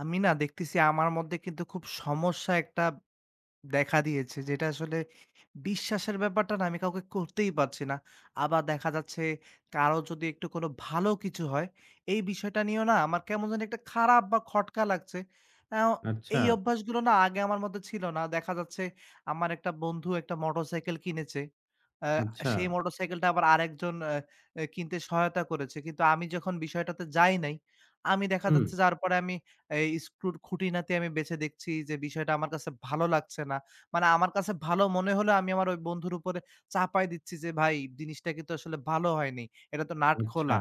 আমি দেখতেছি আমার মধ্যে কিন্তু খুব সমস্যা একটা দেখা দিয়েছে। যেটা আসলে বিশ্বাসের ব্যাপারটা আমি কাউকে করতেই পারছি না। আবার দেখা যাচ্ছে কারো যদি একটু কোনো ভালো কিছু হয়, এই বিষয়টা নিয়েও আমার কেমন জানি একটা খারাপ বা খটকা লাগছে। অ্যাও আচ্ছা, এই অভ্যাসগুলো আগে আমার মধ্যে ছিল না। দেখা যাচ্ছে আমার একটা বন্ধু একটা মোটরসাইকেল কিনেছে। আ আচ্ছা, সেই মোটরসাইকেলটা আবার আরেকজন আ এ কিনতে সহায়তা করেছে। কিন্তু আমি যখন বিষয়টাতে যাই নাই, আমি দেখা হুম, যাচ্ছে যার পরে আমি এই স্ক্রুর খুঁটিনাটি আমি বেছে দেখছি যে বিষয়টা আমার কাছে ভালো লাগছে না। মানে আমার কাছে ভালো মনে হলেও আমি আমার ওই বন্ধুর উপরে চাপায় দিচ্ছি যে, "ভাই জিনিসটা কিন্তু আসলে ভালো হয়নি। এটা তো নাট আচ্ছা, খোলা।"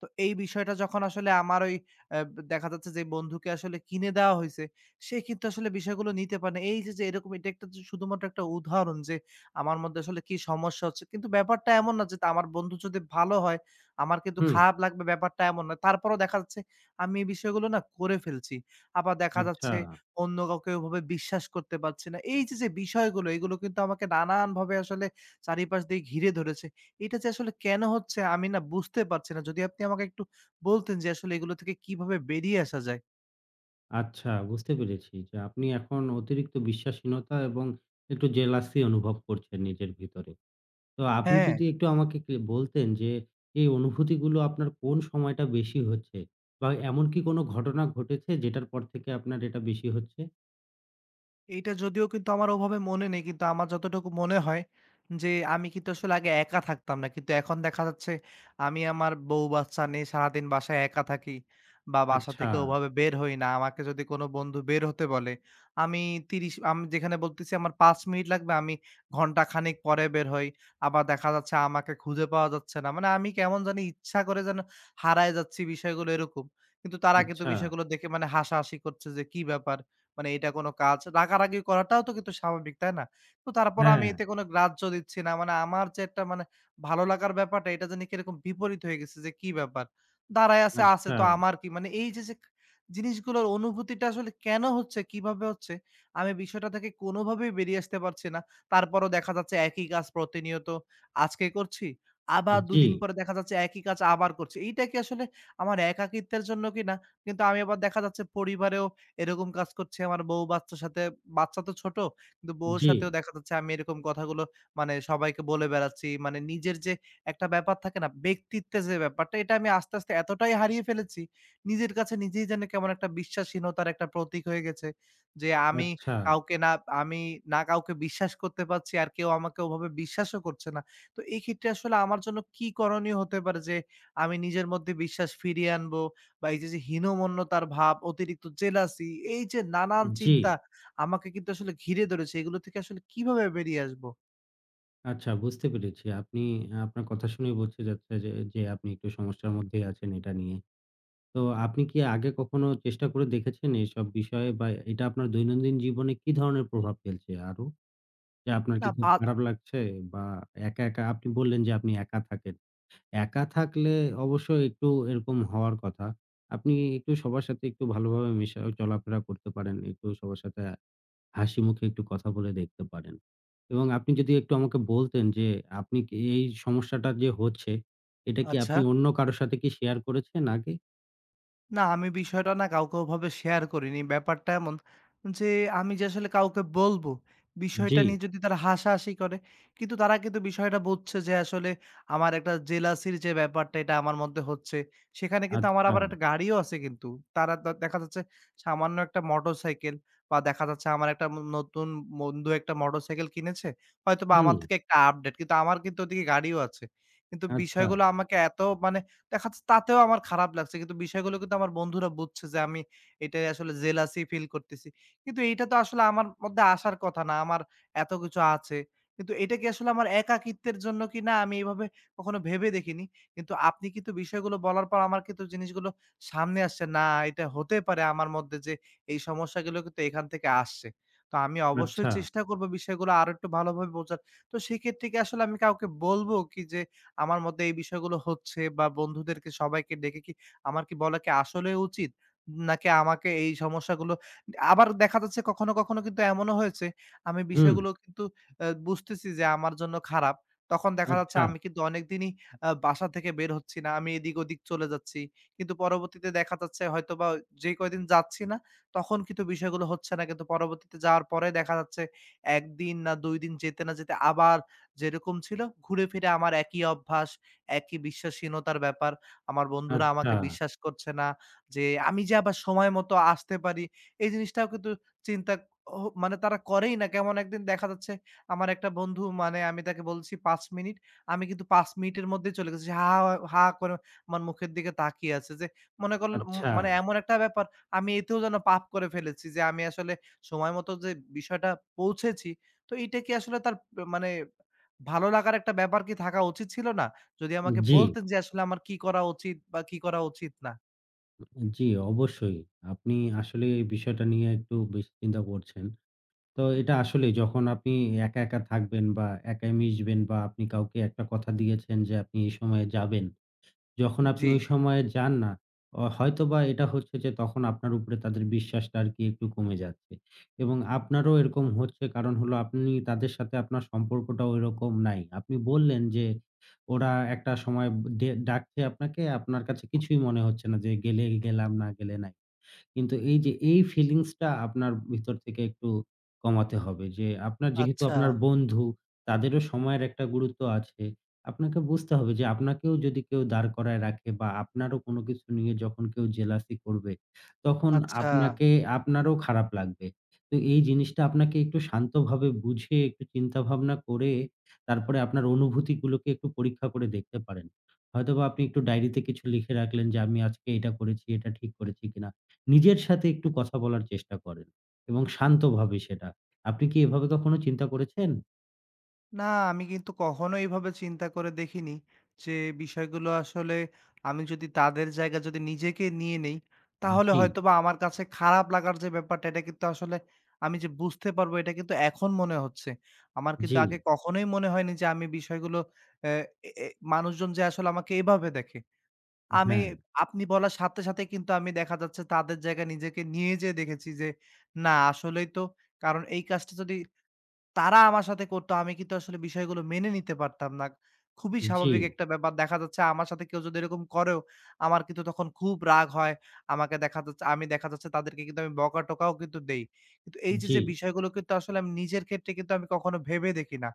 তো এই বিষয়টা যখন আসলে আমার ওই অ্যা দেখা যাচ্ছে যে বন্ধুকে আসলে কিনে দেওয়া হইছে, সে কিন্তু আসলে বিষয়গুলো নিতে পারে না। এই যে, যে এরকম এটা একটা যে শুধুমাত্র একটা উদাহরণ যে আমার মধ্যে আসলে কি সমস্যা হচ্ছে। কিন্তু ব্যাপারটা এমন না যে তা আমার বন্ধু যদি ভালো হয়, আমার কিন্তু হুম, খারাপ লাগবে ব্যাপারটা এমন নয়। তারপরেও দেখা যাচ্ছে আমি এই বিষয়গুলো করে ফেলছি। আবার দেখা আচ্ছা, যাচ্ছে অন্য কাউকে ওভাবে বিশ্বাস করতে পারছি না। বিষয়গুলো এগুলো কিন্তু আমাকে নানানভাবে আসলে চারিপাশ দিয়ে ঘিরে ধরেছে। এটা যে, আসলে কেন হচ্ছে আমি বুঝতে পারছি না। যদি আপনি আমাকে একটু বলতেন যে, আসলে এগুলো থেকে কিভাবে বেরিয়ে আসা যায়? আচ্ছা বুঝতে পেরেছি যে আপনি এখন অতিরিক্ত বিশ্বাসহীনতা এবং একটু জেলাসি অনুভব করছেন নিজের ভিতরে। তো আপনি হ্যাঁ। যদি একটু আমাকে কে বলতেন যে এই অনুভূতিগুলো আপনার কোন সময়টা বেশি হচ্ছে? বা এমন কি কোনো ঘটনা ঘটেছে যেটার পর থেকে আপনার এটা বেশি হচ্ছে? এইটা যদিও কিন্তু আমার ওভাবে মনে নেই। কিন্তু আমার যতটুকু মনে হয় যে, আমি কিন্তু আসলে আগে একা থাকতাম না। কিন্তু এখন দেখা যাচ্ছে আমি আমার বউ বাচ্চা নিয়ে সারাদিন বাসায় একা থাকি বা বাসা আচ্ছা, থেকে ওভাবে বের হই না। আমাকে যদি কোনো বন্ধু বের হতে বলে, আমি আমি যেখানে বলতেছি আমার ৫ মিনিট লাগবে, আমি ঘন্টা খানেক পরে বের হই। আবার দেখা যাচ্ছে আমাকে খুঁজে পাওয়া যাচ্ছে না। মানে আমি কেমন জানি ইচ্ছা করে যেন হারায় যাচ্ছি বিষয়গুলো এরকম। কিন্তু তারা কিন্তু আচ্ছা, বিষয়গুলো দেখে মানে হাসাহাসি করছে যে, "কি ব্যাপার? মানে এটা কোন কাজ। রাগারাগি করাটাও তো কিন্তু স্বাভাবিক, তাই না? তো তারপরও আমি হ্যাঁ, এতে কোনো গ্রাহ্য দিচ্ছি না। আমার যে একটা ভালো লাগার ব্যাপারটা এটা জানি কিরকম বিপরীত হয়ে গেছে যে কি ব্যাপার? দাঁড়ায় আছে, আচ্ছা, তো আমার কি? মানে এই যে, যে জিনিসগুলোর অনুভূতিটা আসলে কেন হচ্ছে, কিভাবে হচ্ছে? আমি বিষয়টা থেকে কোনোভাবেই বেরিয়ে আসতে পারছি না। তারপরও দেখা যাচ্ছে একই কাজ প্রতিনিয়ত আজকে করছি। আবার ২ জি, দিন পরে দেখা যাচ্ছে একই কাজ আবার করছি। এইটা কি আসলে আমার একাকিত্বের জন্য কিনা? কিন্তু আমি আবার দেখা যাচ্ছে পরিবারেও এরকম কাজ করছি আমার বউ বাচ্চার সাথে বাচ্চা তো ছোট, কিন্তু বউর জি, সাথেও দেখা যাচ্ছে আমি এরকম কথাগুলো সবাইকে বলে বেড়াচ্ছি। মানে নিজের যে একটা ব্যাপার থাকে না? ব্যক্তিত্বের যে ব্যাপারটা এটা আমি আস্তে, আস্তে এতটাই হারিয়ে ফেলেছি, নিজের কাছে নিজেই যেন কেমন একটা বিশ্বাসহীনতার একটা প্রতীক হয়ে গেছে। যে আমি আচ্ছা, কাউকে না আমি না কাউকে বিশ্বাস করতে পারছি আর কেউ আমাকে ওভাবে বিশ্বাসও করছে না। তো এই ক্ষেত্রে আসলে আমার জন্য কি করণীয় হতে পারে যে আমি নিজের মধ্যে বিশ্বাস ফিরিয়ে আনবো? বা এই যে, যে হীনমন্যতার ভাব, অতিরিক্ত জেলাসি এই যে নানান জি। চিন্তা আমাকে কিন্তু আসলে ঘিরে ধরেছে। এগুলো থেকে আসলে কিভাবে বেরিয়ে আসবো? আচ্ছা বুঝতে পেরেছি। আপনি আপনার কথা শুনেই বোঝা যাচ্ছে যে আপনি একটু সমস্যার মধ্যেই আছেন এটা নিয়ে। তো আপনি কি আগে কখনো চেষ্টা করে দেখেছেন এইসব বিষয়ে বা এটা আপনার দৈনন্দিন জীবনে কি ধরনের প্রভাব ফেলছে আরো? যে আপনার না কি খুব বাদ খারাপ লাগছে বা একা, একা আপনি বললেন যে আপনি একা থাকেন। একা থাকলে অবশ্যই একটু এরকম হওয়ার কথা। আপনি একটু সবার সাথে একটু ভালোভাবে মেশা চলাফেরা করতে পারেন। একটু সবার সাথে হাসি মুখে একটু কথা বলে দেখতে পারেন। এবং আপনি যদি একটু আমাকে বলতেন যে আপনি কি এই সমস্যাটা যে হচ্ছে, এটা কি আচ্ছা। আপনি অন্য কারো সাথে কি শেয়ার করেছেন আগে? না, আমি বিষয়টা কাউকে ওভাবে শেয়ার করিনি। ব্যাপারটা এমন যে, আমি যে আসলে কাউকে বলব, জি, বিষয়টা নিয়ে যদি তারা হাসাহাসি করে, কিন্তু তারা কিন্তু বিষয়টা বুঝছে যে আসলে আমার একটা জেলাসির যে ব্যাপারটা, এটা আমার মধ্যে হচ্ছে। সেখানে কিন্তু আমার আচ্ছা। আবার একটা গাড়িও আছে কিন্তু। তারা দ দেখা যাচ্ছে সামান্য একটা মোটরসাইকেল বা দেখা যাচ্ছে আমার একটা নতুন বন্ধু একটা মোটরসাইকেল কিনেছে। হয়তোবা হুম, আমার থেকে একটা আপডেট। কিন্তু আমার কিন্তু ওদিকে গাড়িও আছে। কিন্তু আচ্ছা, বিষয়গুলো আমাকে এত মানে দেখা যাচ্ছে তাতেও আমার খারাপ লাগছে। কিন্তু বিষয়গুলো কিন্তু আমার বন্ধুরা বুঝছে যে আমি এটাই আসলে জেলাসি ফিল করতেছি। কিন্তু এইটা তো আসলে আমার মধ্যে আসার কথা না। আমার এত কিছু আছে। কিন্তু এটা কি আসলে আমার একাকিত্বের জন্য কি না আমি এভাবে কখনো ভেবে দেখিনি। কিন্তু আপনি কিন্তু বিষয়গুলো বলার পর আমার কিন্তু জিনিসগুলো সামনে আসছে। না এটা হতে পারে আমার মধ্যে যে এই সমস্যাগুলো কিন্তু এখান থেকে আসছে। তো আমি অবশ্যই আচ্ছা, চেষ্টা করব বিষয়গুলো আরো একটু ভালোভাবে বোঝার। তো সেক্ষেত্রে কি আসলে আমি কাউকে বলব কি যে আমার মধ্যে এই বিষয়গুলো হচ্ছে বা বন্ধুদেরকে সবাইকে ডেকে কি আমার কি বলা কি আসলে উচিত? নাকি আমাকে এই সমস্যাগুলো আবার দেখা যাচ্ছে কখনো, কিন্তু এমনও হয়েছে আমি হুম, বিষয়গুলো কিন্তু বুঝতেছি যে আমার জন্য খারাপ। তখন দেখা যাচ্ছে আচ্ছা, আমি কিন্তু অনেকদিনই বাসা থেকে বের হচ্ছি না। আমি এদিক-ওদিক চলে যাচ্ছি। কিন্তু পরবর্তীতে দেখা যাচ্ছে হয়তোবা যে কয়দিন যাচ্ছি না তখন কিন্তু বিষয়গুলো হচ্ছে না। কিন্তু পরবর্তীতে যাওয়ার পরে দেখা যাচ্ছে ১ দিন না ২ দিন যেতে না যেতে আবার যেরকম ছিল ঘুরে ফিরে আমার একই অভ্যাস, একই বিশ্বাসহীনতার ব্যাপার। আমার বন্ধুরা আচ্ছা, আমাকে বিশ্বাস করছে না। যে আমি যে আবার সময় মতো আসতে পারি, এই জিনিসটাও কিন্তু চিন্তা মানে তারা করেই না। কেমন একদিন দেখা যাচ্ছে আমার একটা বন্ধু মানে আমি তাকে বলছি ৫ মিনিট, আমি কিন্তু ৫ মিনিটের মধ্যেই চলে গেছি। সে হা, হা, হা করে আমার মুখের দিকে তাকিয়ে আছে যে মনে করল আচ্ছা। মানে এমন একটা ব্যাপার আমি এতেও যেন পাপ করে ফেলেছি যে আমি আসলে সময় মতো যে বিষয়টা পৌঁছেছি, তো এইটা কি আসলে তার মানে ভালো লাগার একটা ব্যাপার কি থাকা উচিত ছিল না? যদি আমাকে জি, বলতেন যে আসলে আমার কি করা উচিত বা কি করা উচিত না? জি, অবশ্যই। আপনি আসলে এই বিষয়টা নিয়ে একটু বেশি চিন্তা করছেন। তো এটা আসলেই যখন আপনি একা, একা থাকবেন বা একাই মিশবেন বা আপনি কাউকে একটা কথা দিয়েছেন যে আপনি এই সময়ে যাবেন। যখন আপনি জি। ওই সময়ে যান না, হয়তোবা এটা হচ্ছে যে তখন আপনার উপরে তাদের বিশ্বাসটা আরকি একটু কমে যাচ্ছে। এবং আপনারও এরকম হচ্ছে কারণ হলো আপনি তাদের সাথে আপনার সম্পর্কটা ওইরকম নাই। আপনি বললেন যে ওরা একটা সময় ডাকছে আপনাকে, আপনার কাছে কিছুই মনে হচ্ছে না যে গেলে গেলাম, না গেলে নাই। কিন্তু এই যে এই ফিলিংসটা আপনার ভিতর থেকে একটু কমাতে হবে যে আপনার যেহেতু আচ্ছা, আপনার বন্ধু, তাদেরও সময়ের একটা গুরুত্ব আছে। আপনাকে বুঝতে হবে যে আপনাকেও যদি কেউ দাঁড় করায় রাখে বা আপনারও কোনো কিছু নিয়ে যখন কেউ জেলাসি করবে, তখন আচ্ছা। আপনাকে আপনারও খারাপ লাগবে। তো এই জিনিসটা আপনাকে একটু শান্তভাবে বুঝে একটু চিন্তা ভাবনা করে তারপরে আপনার অনুভূতিগুলোকে একটু পরীক্ষা করে দেখতে পারেন। হয়তোবা আপনি একটু ডায়েরিতে কিছু লিখে রাখলেন যে আমি আজকে এটা করেছি, এটা ঠিক করেছি কিনা। নিজের সাথে একটু কথা বলার চেষ্টা করেন এবং শান্তভাবে সেটা। আপনি কি এভাবে কখনো চিন্তা করেছেন? না আমি কিন্তু কখনো এইভাবে চিন্তা করে দেখিনি যে বিষয়গুলো আসলে আমি যদি তাদের জায়গা যদি নিজেকে নিয়ে নেই, তাহলে জি, হয়তোবা আমার কাছে খারাপ লাগার যে ব্যাপারটা এটা কিন্তু আসলে আমি যে বুঝতে পারবো এটা কিন্তু এখন মনে হচ্ছে। আমার কিন্তু জি, আগে কখনোই মনে হয়নি যে আমি বিষয়গুলো অ্যা এ এ মানুষজন যে আসলে আমাকে এভাবে দেখে। আমি হ্যাঁ, আপনি বলার সাথে, কিন্তু আমি দেখা যাচ্ছে তাদের জায়গায় নিজেকে নিয়ে যেয়ে দেখেছি যে, না আসলেই তো কারণ এই কাজটা যদি তারা আমার সাথে করতো আমি কিন্তু আসলে বিষয়গুলো মেনে নিতে পারতাম না। খুবই জি, স্বাভাবিক একটা ব্যাপার। দেখা যাচ্ছে আমার সাথে কেউ যদি এরকম করেও আমার কিন্তু তখন খুব রাগ হয়। আমাকে দেখা যাচ্ছে তাদেরকে কিন্তু আমি বকা-টোকাও কিন্তু দেই। কিন্তু এই যে, জি, যে বিষয়গুলো কিন্তু আসলে আমি নিজের ক্ষেত্রে কিন্তু আমি কখনো ভেবে দেখি না।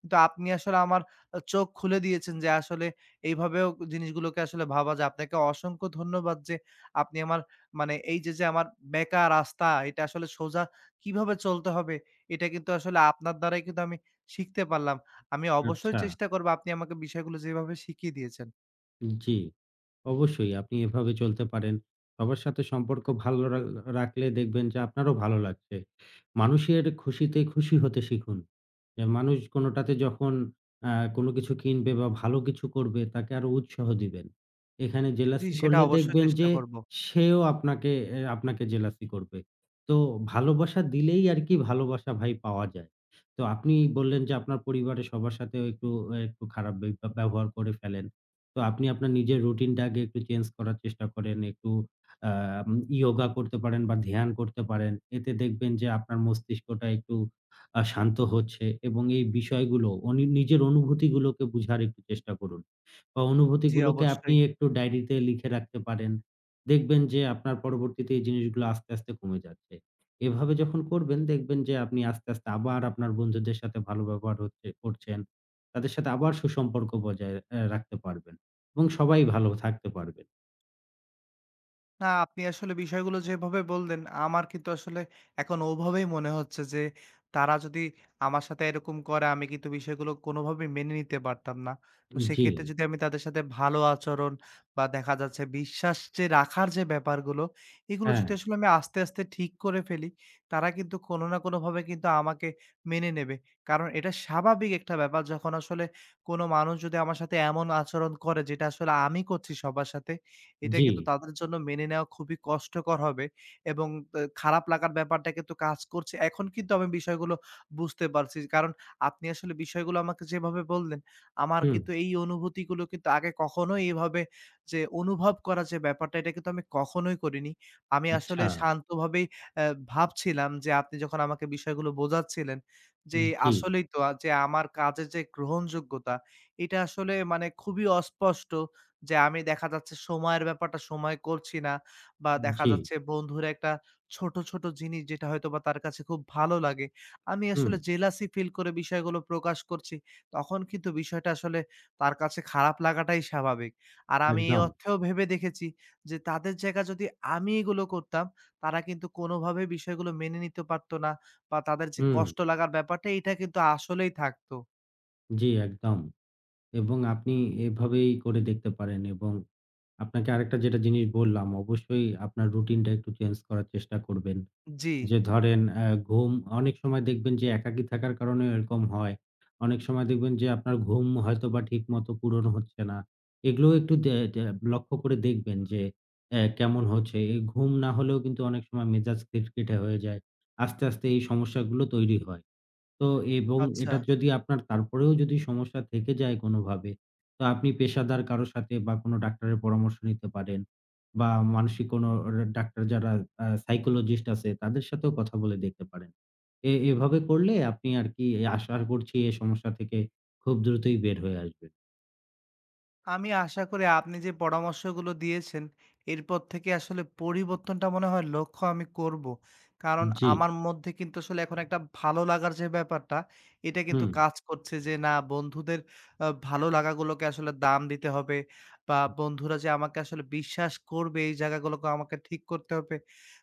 কিন্তু আপনি আসলে আমার চোখ খুলে দিয়েছেন যে আসলে এইভাবেও জিনিসগুলোকে আসলে ভাবা যায়। আপনাকে অসংখ্য ধন্যবাদ যে আপনি আমার মানে এই যে, যে আমার বেঁকা রাস্তা এটা আসলে সোজা কিভাবে চলতে হবে এটা কিন্তু আসলে আপনার দ্বারাই কিন্তু আমি শিখতে পারলাম। আমি অবশ্যই আচ্ছা, চেষ্টা করব আপনি আমাকে বিষয়গুলো যেভাবে শিখিয়ে দিয়েছেন। জি। অবশ্যই আপনি এভাবে চলতে পারেন। সবার সাথে সম্পর্ক ভালো রাখলে দেখবেন যে আপনারও ভালো লাগছে। মানুষের খুশিতে খুশি হতে শিখুন। যে মানুষ কোনোটাতে যখন কোনো কিছু কিনবে বা ভালো কিছু করবে তাকে আরো উৎসাহ দিবেন। এখানে জি, জেলাসি সেটা করলে অবশ্যই দেখবেন চেষ্টা যে করব। সেও আপনাকে এ আপনাকে জেলাসি করবে। তো ভালোবাসা দিলেই আরকি ভালোবাসা ভাই পাওয়া যায়। তো আপনি বললেন যে আপনার পরিবারের সবার সাথেও একটু, একটু খারাপ ব্যবহার করে ফেলেন। তো আপনি আপনার নিজের রুটিনটাকে একটু চেঞ্জ করার চেষ্টা করেন। একটু আম ইয়োগা করতে পারেন বা ধ্যান করতে পারেন। এতে দেখবেন যে আপনার মস্তিষ্কটা একটু শান্ত হচ্ছে এবং এই বিষয়গুলো নিজের অনুভূতিগুলোকে বুঝার একটু চেষ্টা করুন। বা জি, অনুভূতিগুলোকে আপনি অবশ্যই। একটু ডায়েরিতে লিখে রাখতে পারেন। দেখবেন যে আপনার পরবর্তীতে এই জিনিসগুলো আস্তে, আস্তে কমে যাচ্ছে। এভাবে যখন করবেন দেখবেন যে আপনি আস্তে, আস্তে আবার আপনার বন্ধুদের সাথে ভালো ব্যবহার হচ্ছে করছেন। তাদের সাথে আবার সুসম্পর্ক বজায় রাখতে পারবেন। এবং সবাই ভালো থাকতে পারবেন। না, আপনি আসলে বিষয়গুলো যেভাবে বললেন, আমার কিন্তু আসলে এখন ওভাবেই মনে হচ্ছে যে, তারা যদি আমার সাথে এরকম করে, আমি কিন্তু বিষয়গুলো কোনোভাবেই মেনে নিতে পারতাম না। তো জি, সেক্ষেত্রে যদি আমি তাদের সাথে ভালো আচরণ বা দেখা যাচ্ছে বিশ্বাস যে রাখার যে ব্যাপারগুলো, এগুলো হ্যাঁ, যদি আসলে আমি আস্তে, আস্তে ঠিক করে ফেলি, তারা কিন্তু কোনো না কোনোভাবে কিন্তু আমাকে মেনে নেবে। কারণ এটা স্বাভাবিক একটা ব্যাপার যখন আসলে কোনো মানুষ যদি আমার সাথে এমন আচরণ করে, যেটা আসলে আমি করছি সবার সাথে, এটা জি, কিন্তু তাদের জন্য মেনে নেওয়া খুবই কষ্টকর হবে এবং খারাপ লাগার ব্যাপারটা কিন্তু কাজ করছে। এখন কিন্তু আমি বিষয়গুলো বুঝতে পারছি। কারণ আপনি আসলে বিষয়গুলো আমাকে যেভাবে বললেন, আমার হুম, কিন্তু এই অনুভূতিগুলো কিন্তু আগে কখনোই এভাবে যে অনুভব করার যে ব্যাপারটা, এটা কিন্তু আমি কখনোই করিনি। আমি আসলে আচ্ছা, শান্তভাবেই অ্যা ভাবছিলাম যে আপনি যখন আমাকে বিষয়গুলো বোঝাচ্ছিলেন যে জি, আসলেই তো যে আমার কাজের যে গ্রহণযোগ্যতা, এটা আসলে মানে খুবই অস্পষ্ট। যে আমি দেখা যাচ্ছে সময়ের ব্যাপারটা সময় করছি না বা দেখা জি, যাচ্ছে বন্ধুর একটা ছোট, ছোট জিনিস যেটা হয়তোবা তার কাছে খুব ভালো লাগে। আমি হুম, আসলে জেলাসি ফিল করে বিষয়গুলো প্রকাশ করছি। তখন কিন্তু বিষয়টা আসলে তার কাছে খারাপ লাগাটাই স্বাভাবিক। আর আমি এই একদম, অর্থেও ভেবে দেখেছি যে তাদের জায়গা যদি আমি এগুলো করতাম, তারা কিন্তু কোনোভাবেই বিষয়গুলো মেনে নিতে পারত না বা তাদের যে হুম, কষ্ট লাগার ব্যাপারটা এটা কিন্তু আসলেই থাকতো। জি, একদম। এবং আপনি এভাবেই করে দেখতে পারেন এবং আপনাকে আরেকটা যেটা জিনিস বললাম অবশ্যই আপনার রুটিনটা একটু চেঞ্জ করার চেষ্টা করবেন। জি, যে ধরেন ঘুম অনেক সময় দেখবেন যে একাকী থাকার কারণেও এরকম হয়। অনেক সময় দেখবেন যে আপনার ঘুম হয়তোবা ঠিকমতো পূরণ হচ্ছে না। এগুলোও একটু দে দে লক্ষ্য করে দেখবেন যে কেমন হচ্ছে। এই ঘুম না হলেও কিন্তু অনেক সময় মেজাজ খিটখিটে হয়ে যায়। আস্তে, আস্তে এই সমস্যাগুলো তৈরি হয়। তো এবং আচ্ছা। এটা যদি আপনার তারপরেও যদি সমস্যা থেকে যায় কোনোভাবে, তো আপনি পেশাদার কারো সাথে বা কোনো ডাক্তারের পরামর্শ নিতে পারেন বা মানসিক কোনো ডাক্তার যারা সাইকোলজিস্ট আছে তাদের সাথেও কথা বলে দেখতে পারেন। এভাবে করলে আপনি আরকি আশা করছি এই সমস্যা থেকে খুব দ্রুতই বের হয়ে আসবেন। আমি আশা করি আপনি যে পরামর্শগুলো দিয়েছেন, এরপর থেকে আসলে পরিবর্তনটা মনে হয় লক্ষ্য আমি করব। কারণ জি, আমার মধ্যে কিন্তু আসলে এখন একটা ভালো লাগার যে ব্যাপারটা, এটা কিন্তু হুম, কাজ করছে যে না বন্ধুদের ভালো লাগাগুলোকে আসলে দাম দিতে হবে বা বন্ধুরা যে আমাকে আসলে বিশ্বাস করবে এই জায়গাগুলোকে আমাকে ঠিক করতে হবে।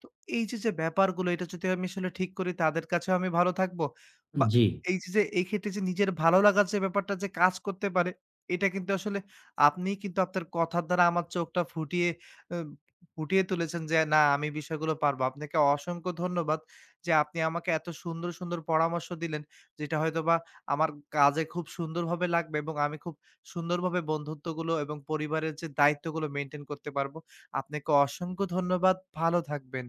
তো এই যে, যে ব্যাপারগুলো এটা যদি আমি আসলে ঠিক করি তাদের কাছেও আমি ভালো থাকবো বা জি। এই ক্ষেত্রে যে নিজের ভালো লাগার যে ব্যাপারটা যে কাজ করতে পারে, এটা কিন্তু আসলে আপনি কিন্তু আপনার কথার দ্বারা আমার চোখটা অ্যা ফুটিয়ে তুলেছেন যে না আমি বিষয়গুলো পারবো। আপনাকে অসংখ্য ধন্যবাদ যে আপনি আমাকে এত সুন্দর, সুন্দর পরামর্শ দিলেন যেটা হয়তোবা আমার কাজে খুব সুন্দরভাবে লাগবে এবং আমি খুব সুন্দরভাবে বন্ধুত্বগুলো এবং পরিবারের যে দায়িত্বগুলো মেইনটেইন করতে পারবো। আপনাকে অসংখ্য ধন্যবাদ। ভালো থাকবেন।